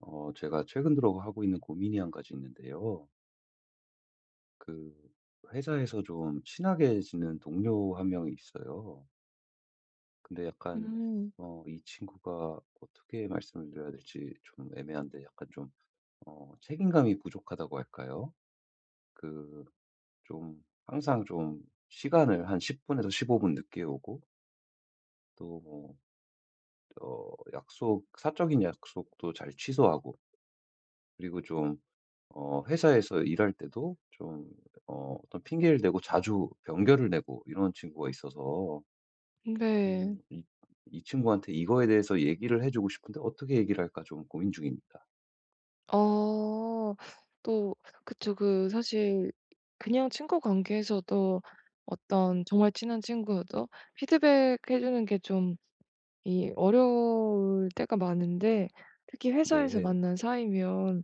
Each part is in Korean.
제가 최근 들어 하고 있는 고민이 한 가지 있는데요. 그, 회사에서 좀 친하게 지낸 동료 한 명이 있어요. 근데 약간, 음. 이 친구가 어떻게 말씀을 드려야 될지 좀 애매한데, 약간 좀, 책임감이 부족하다고 할까요? 그, 항상 좀, 시간을 한 10분에서 15분 늦게 오고, 또 뭐, 약속, 사적인 약속도 잘 취소하고, 그리고 좀, 회사에서 일할 때도 좀 어떤 핑계를 대고 자주 변결을 내고 이런 친구가 있어서 네. 음 이 이 친구한테 이거에 대해서 얘기를 해 주고 싶은데 어떻게 얘기를 할까 좀 고민 중입니다. 어. 또 그쵸. 그 사실 그냥 친구 관계에서도 어떤 정말 친한 친구여도 피드백해 주는 게 좀 이 어려울 때가 많은데 특히 회사에서 네. 만난 사이면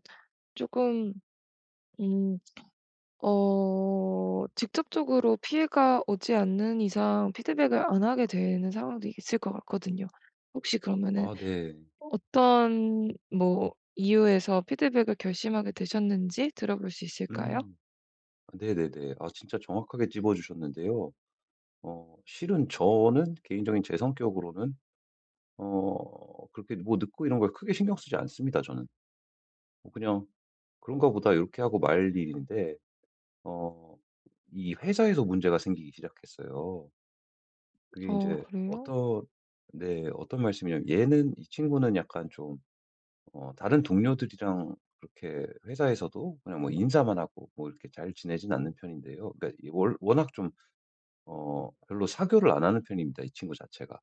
조금 음 직접적으로 피해가 오지 않는 이상 피드백을 안 하게 되는 상황도 있을 것 같거든요. 혹시 그러면은 아 네. 어떤 뭐 이유에서 피드백을 결심하게 되셨는지 들어볼 수 있을까요? 음. 네네네. 아 진짜 정확하게 집어 주셨는데요. 실은 저는 개인적인 제 성격으로는 그렇게 뭐 늦고 이런 걸 크게 신경 쓰지 않습니다, 저는. 뭐 그냥 '그런가 보다.' 이렇게 하고 말 일인데 어 이 회사에서 문제가 생기기 시작했어요. 그게 이어 제 그래요? 어떤, 네, 어떤 말씀이냐면 얘는 이 친구는 약간 좀 다른 동료들이랑 그렇게 회사에서도 그냥 뭐 인사만 하고 뭐 이렇게 잘 지내진 않는 편인데요. 그러니까 이 월 워낙 좀 별로 사교를 안 하는 편입니다, 이 친구 자체가.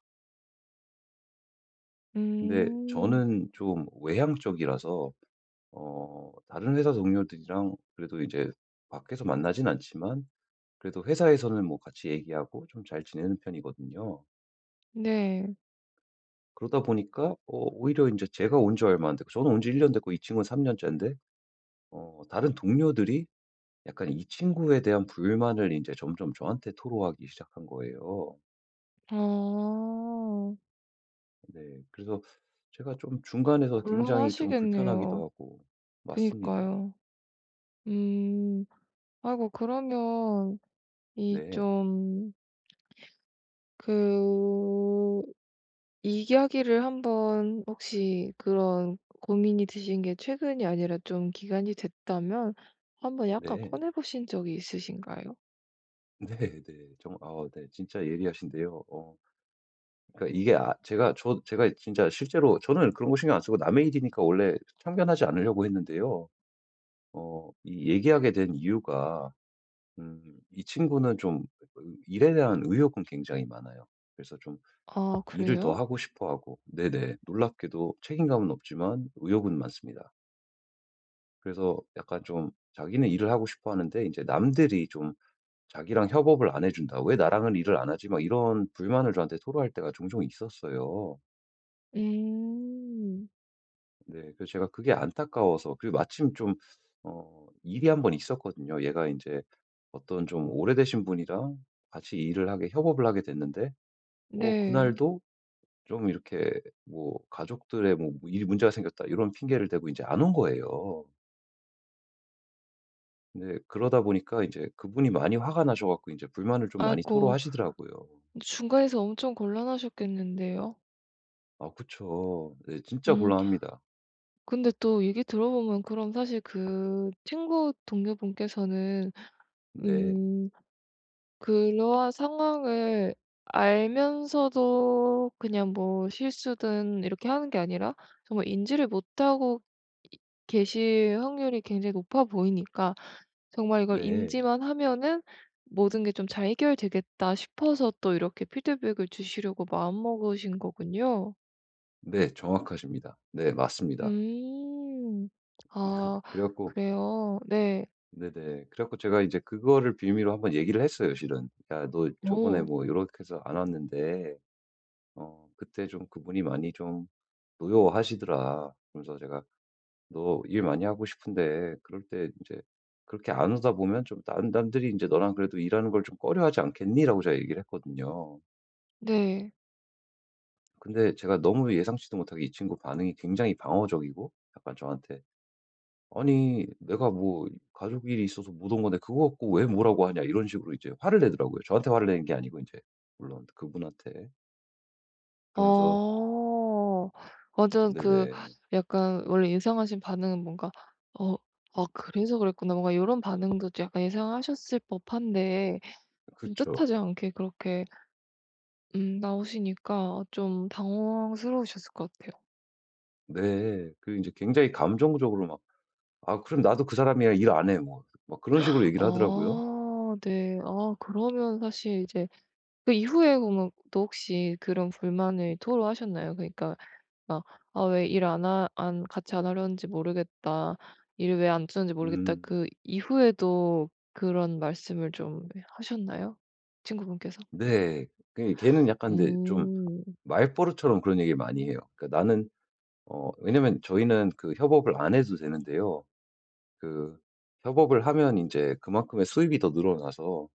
근데 음. 저는 좀 외향적이라서 다른 회사 동료들이랑 그래도 이제 밖에서 만나진 않지만 그래도 회사에서는 뭐 같이 얘기하고 좀 잘 지내는 편이거든요. 네. 그러다 보니까 오히려 이제 제가 온 지 얼마 안 됐고, 저는 온 지 1년 됐고 이 친구는 3 년째인데 다른 동료들이 약간 이 친구에 대한 불만을 이제 점점 저한테 토로하기 시작한 거예요. 아. 네. 그래서 제가 좀 중간에서 굉장히 좀 불편하기도 곤란하시겠네요. 하고 맞습니다. 그니까요. 음. 아이고 그러면 이 네. 좀 그 이야기를 한번 혹시 그런 고민이 드신 게 최근이 아니라 좀 기간이 됐다면 한번 약간 네. 꺼내 보신 적이 있으신가요? 네네. 정 아 네. 진짜 예리하신데요. 그러니까 이게, 아 제가 제가 진짜 실제로 저는 그런 거 신경 안 쓰고 남의 일이니까 원래 참견하지 않으려고 했는데요. 이 얘기하게 된 이유가, 이 친구는 좀 일에 대한 의욕은 굉장히 많아요. 그래서 좀 아 일을 더 그래요? 하고 싶어 하고, 네네. 놀랍게도 책임감은 없지만 의욕은 많습니다. 그래서 약간 좀 자기는 일을 하고 싶어 하는데 이제 남들이 좀 자기랑 협업을 안 해 준다. "왜 나랑은 일을 안 하지?" 막 이런 불만을 저한테 토로할 때가 종종 있었어요. 음. 네. 그래서 제가 그게 안타까워서, 그리고 마침 좀 일이 한번 있었거든요. 얘가 이제 어떤 좀 오래되신 분이랑 같이 일을 하게, 협업을 하게 됐는데 네. 그날도 좀 이렇게 뭐 가족들의 뭐 "일 문제가 생겼다." 이런 핑계를 대고 이제 안 온 거예요. 근데 그러다 보니까 이제 그분이 많이 화가 나셔 갖고 이제 불만을 좀 많이 아이고 토로하시더라고요. 중간에서 엄청 곤란하셨겠는데요. 아 그쵸. 네. 진짜 음 곤란합니다. 근데 또 얘기 들어보면 그럼 사실 그 친구 동료분께서는 네. 음 그러한 상황을 알면서도 그냥 뭐 실수든 이렇게 하는 게 아니라 정말 인지를 못하고 이 계실 확률이 굉장히 높아 보이니까 정말 이걸 네. 인지만 하면은 '모든 게 좀 잘 해결되겠다.' 싶어서 또 이렇게 피드백을 주시려고 마음먹으신 거군요. 네. 정확하십니다. 네. 맞습니다. 음. 아 그래 갖고 그래요? 네. 네네. 그래 갖고 제가 이제 그거를 빌미로 한번 얘기를 했어요, 실은. "야 너 저번에 오. 뭐 요렇게 해서 안 왔는데 그때 좀 그분이 많이 좀 노여워하시더라." 그러면서 제가 "너 일 많이 하고 싶은데 그럴 때 이제 그렇게 안 오다 보면 좀 남 남들이 이제 너랑 그래도 일하는 걸 좀 꺼려하지 않겠니?"라고 제가 얘기를 했거든요. 네. 근데 제가 너무 예상치도 못하게 이 친구 반응이 굉장히 방어적이고 약간 저한테 아니 "내가 뭐 가족 일이 있어서 못 온 건데 그거 갖고 왜 뭐라고 하냐." 이런 식으로 이제 화를 내더라고요. 저한테 화를 내는 게 아니고 이제 물론 그분한테. 그러면서 어. 완전 그 네네. 약간 원래 예상하신 반응은 뭔가 '어 아 그래서 그랬구나.' 뭔가 요런 반응도 좀 약간 예상하셨을 법한데 좀 그쵸. 뜻하지 않게 그렇게 나오시니까 좀 당황스러우셨을 것 같아요. 네. 그 이제 굉장히 감정적으로 막 "아 그럼 나도 그 사람이랑 일 안 해." 뭐 막 그런 식으로 얘기를 하더라고요. 아 네. 아 그러면 사실 이제 그 이후에 그러면 또 혹시 그런 불만을 토로하셨나요? 그러니까 막 "아 왜 일 안 하 안 같이 안 하려는지 모르겠다. 일을 왜 안 주는지 모르겠다." 음. 그 이후에도 그런 말씀을 좀 하셨나요? 친구분께서? 네. 걔는 약간 근데 좀 음. 말버릇처럼 그런 얘기를 많이 해요. 그러니까 나는, 왜냐면 저희는 그 협업을 안 해도 되는데요. 그 협업을 하면 이제 그만큼의 수입이 더 늘어나서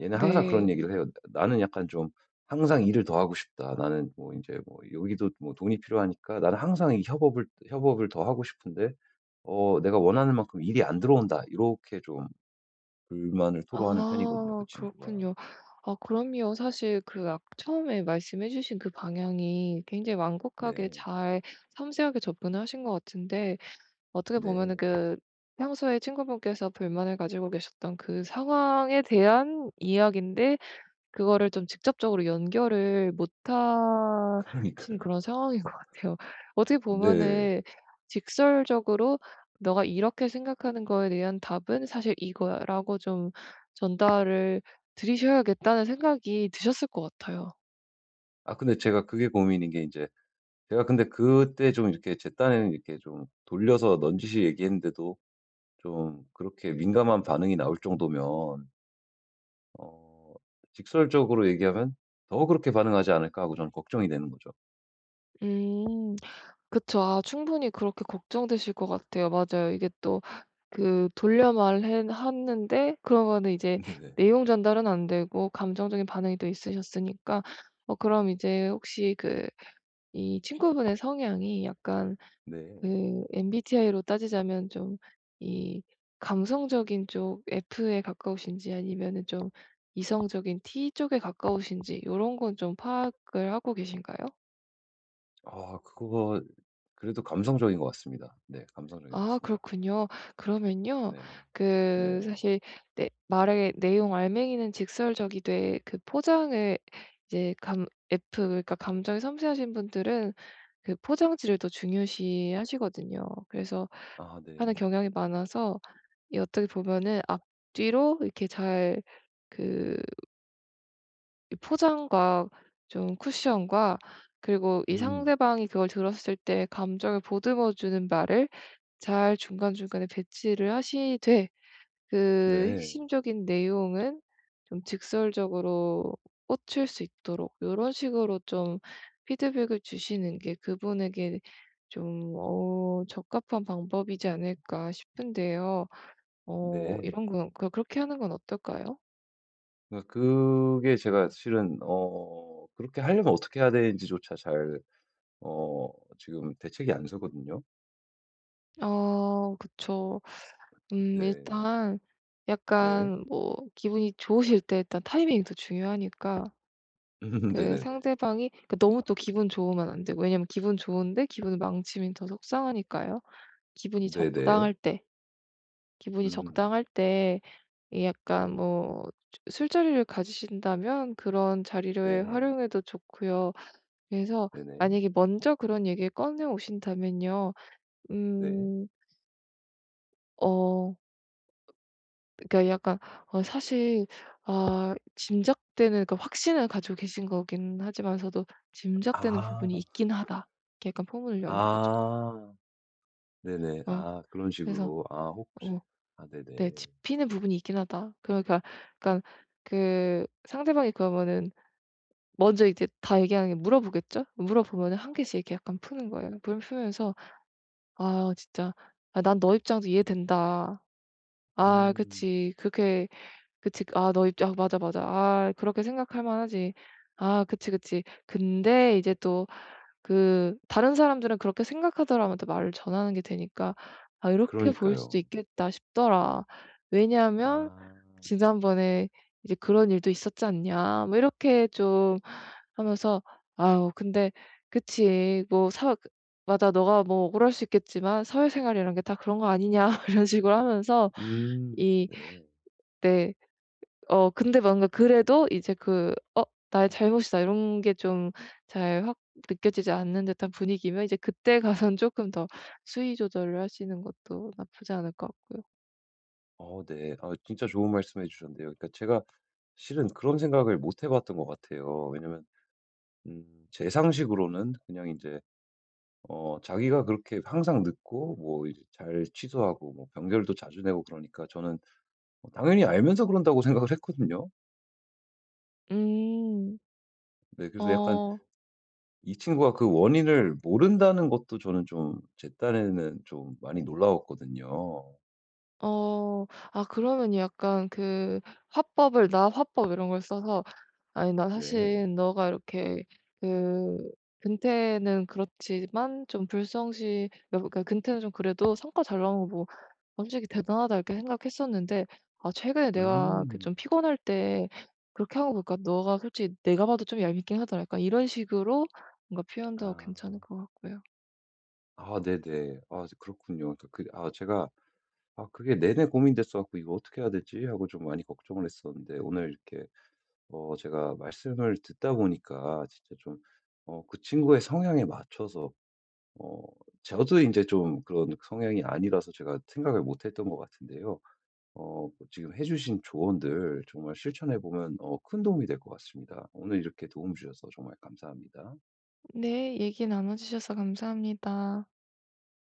얘는 항상 그런 네. 얘기를 해요. 나는 약간 좀 항상 일을 더 하고 싶다. 나는 뭐 이제 뭐 여기도 뭐 돈이 필요하니까 나는 항상 이 협업을 더 하고 싶은데 내가 원하는 만큼 일이 안 들어온다. 이렇게 좀 불만을 토로하는 편이거든요, 그 아 친구가. 그렇군요. 아 그럼요. 사실 그 아 처음에 말씀해 주신 그 방향이 굉장히 완곡하게 네. 잘 섬세하게 접근을 하신 것 같은데 어떻게 보면은 네. 그 평소에 친구분께서 불만을 가지고 계셨던 그 상황에 대한 이야기인데 그거를 좀 직접적으로 연결을 못 하신 그러니까요. 그런 상황인 것 같아요. 어떻게 네. 보면은 직설적으로 "너가 이렇게 생각하는 거에 대한 답은 사실 이거야."라고 좀 전달을 드리셔야겠다는 생각이 드셨을 것 같아요. 아 근데 제가 그게 고민인 게 이제 제가 근데 그때 좀 이렇게 제 딴에는 이렇게 좀 돌려서 넌지시 얘기했는데도 좀 그렇게 민감한 반응이 나올 정도면 어 직설적으로 얘기하면 '더 그렇게 반응하지 않을까.' 하고 저는 걱정이 되는 거죠. 음. 그쵸. 아 충분히 그렇게 걱정되실 것 같아요. 맞아요. 이게 또 그 돌려 말해 하는데 그러면은 이제 네네. 내용 전달은 안 되고 감정적인 반응이 또 있으셨으니까 그럼 이제 혹시 그 이 친구분의 성향이 약간 네. 그 MBTI로 따지자면 좀 이 감성적인 쪽 F에 가까우신지 아니면은 좀 이성적인 T 쪽에 가까우신지 요런 건 좀 파악을 하고 계신가요? 아 그거, 그래도 감성적인 것 같습니다. 네. 감성적인 것 아 같습니다. 그렇군요. 그러면요. 네. 그 네. 사실 내 말의 내용 알맹이는 직설적이 돼 그 포장을 이제 감 F 그러니까 감정이 섬세하신 분들은 그 포장지를 더 중요시하시거든요. 그래서 아 하는 네. 경향이 많아서 이 어떻게 보면은 앞뒤로 이렇게 잘 그 이 포장과 좀 쿠션과 그리고 이 음. 상대방이 그걸 들었을 때 감정을 보듬어 주는 말을 잘 중간중간에 배치를 하시되 그 네. 핵심적인 내용은 좀 직설적으로 꽂힐 수 있도록 요런 식으로 좀 피드백을 주시는 게 그분에게 좀 적합한 방법이지 않을까 싶은데요. 네. 이런 건 그 그렇게 하는 건 어떨까요? 그러니까 그게 제가 실은 그렇게 하려면 어떻게 해야 되는지조차 잘, 어 지금 대책이 안 서거든요. 어 그쵸. 네. 일단 네. 약간 뭐 기분이 좋으실 때 일단 타이밍도 중요하니까 그 네네네. 상대방이 그 너무 또 기분 좋으면 안 되고 왜냐면 기분 좋은데 기분을 망치면 더 속상하니까요. 기분이 네네. 적당할 때 기분이 음. 적당할 때 이 약간 뭐 술자리를 가지신다면 그런 자리를 네. 활용해도 좋고요. 그래서 네네. 만약에 먼저 그런 얘기를 꺼내 오신다면요. 네. 음어 그러니까 약간 사실 짐작되는 그 확신을 가지고 계신 거긴 하지만서도 짐작되는 아. 부분이 있긴 하다. 이렇게 약간 포문을 여는 거죠. 아. 네네. 어 아 그런 그래서 식으로. 아 혹시 어 아 네 네네. 짚히는 부분이 있긴 하다. 그러니까 약간 그 상대방이 그러면은 먼저 이제 다 얘기하는 게 물어보겠죠? 물어보면은 한 개씩 이렇게 약간 푸는 거예요. 푸 푸면서 "아 진짜 아 난 너 입장도 이해된다. 아 음. 그치. 그렇게 그치. 그, 아너 입장 아, 맞아, 맞아. 아 그렇게 생각할 만하지. 아 그치, 그치. 근데 이제 또 그 다른 사람들은 그렇게 생각하더라면 또 말을 전하는 게 되니까 '아 이렇게 보일 수도 그러니까요. 있겠다.' 싶더라. 왜냐하면 아. 지난번에 이제 "그런 일도 있었지 않냐." 뭐 이렇게 좀 하면서 아우 근데 그치. 뭐 사 그 맞아. 너가 뭐 억울할 수 있겠지만 "사회생활이란 게 다 그런 거 아니냐." 이런 식으로 하면서 음. 이 네. 네. 근데 뭔가 그래도 이제 그 '어 나의 잘못이다.' 이런 게 좀 잘 확 느껴지지 않는 듯한 분위기면 이제 그때 가서는 쪼끔 더 수위 조절을 하시는 것도 나쁘지 않을 것 같고요. 어 네. 아 진짜 좋은 말씀 해 주셨는데요. 그러니까 제가 실은 그런 생각을 못 해 봤던 것 같아요. 왜냐면 제 상식으로는 그냥 이제 자기가 그렇게 항상 늦고 뭐 이제 잘 취소하고 뭐 병결도 자주 내고 그러니까 저는 뭐 당연히 알면서 그런다고 생각을 했거든요. 음. 네. 그래서 약간 어. 이 친구가 그 원인을 모른다는 것도 저는 좀 제 딴에는 좀 많이 놀라웠거든요. 어. 아 그러면 약간 그 화법을 나 화법 이런 걸 써서 "아니 나 네. 사실 너가 이렇게 그 근태는 그렇지만 좀 불성실" 여 그러니까 근태는 좀 그래도 성과 잘 나온 거뭐 솔직히 '대단하다.' 이렇게 생각했었는데 아 최근에 내가 그 음. 좀 피곤할 때 그렇게 한 거 보니까 너가 솔직히 내가 봐도 좀 얄밉긴 하더라. 약간 이런 식으로 뭔가 표현도 아. 괜찮을 것 같고요. 아 네네. 아 그렇군요. 그러니까 그 아 제가 '아 그게 내내 고민됐어 갖고 이거 어떻게 해야 되지?' 하고 좀 많이 걱정을 했었는데 오늘 이렇게 제가 말씀을 듣다 보니까 진짜 좀 그 친구의 성향에 맞춰서 어 저도 인제 좀 그런 성향이 아니라서 제가 생각을 못 했던 것 같은데요. 뭐 지금 해주신 조언들 정말 실천해 보면, 큰 도움이 될 것 같습니다. 오늘 이렇게 도움 주셔서 정말 감사합니다. 네. 얘기 나눠 주셔서 감사합니다.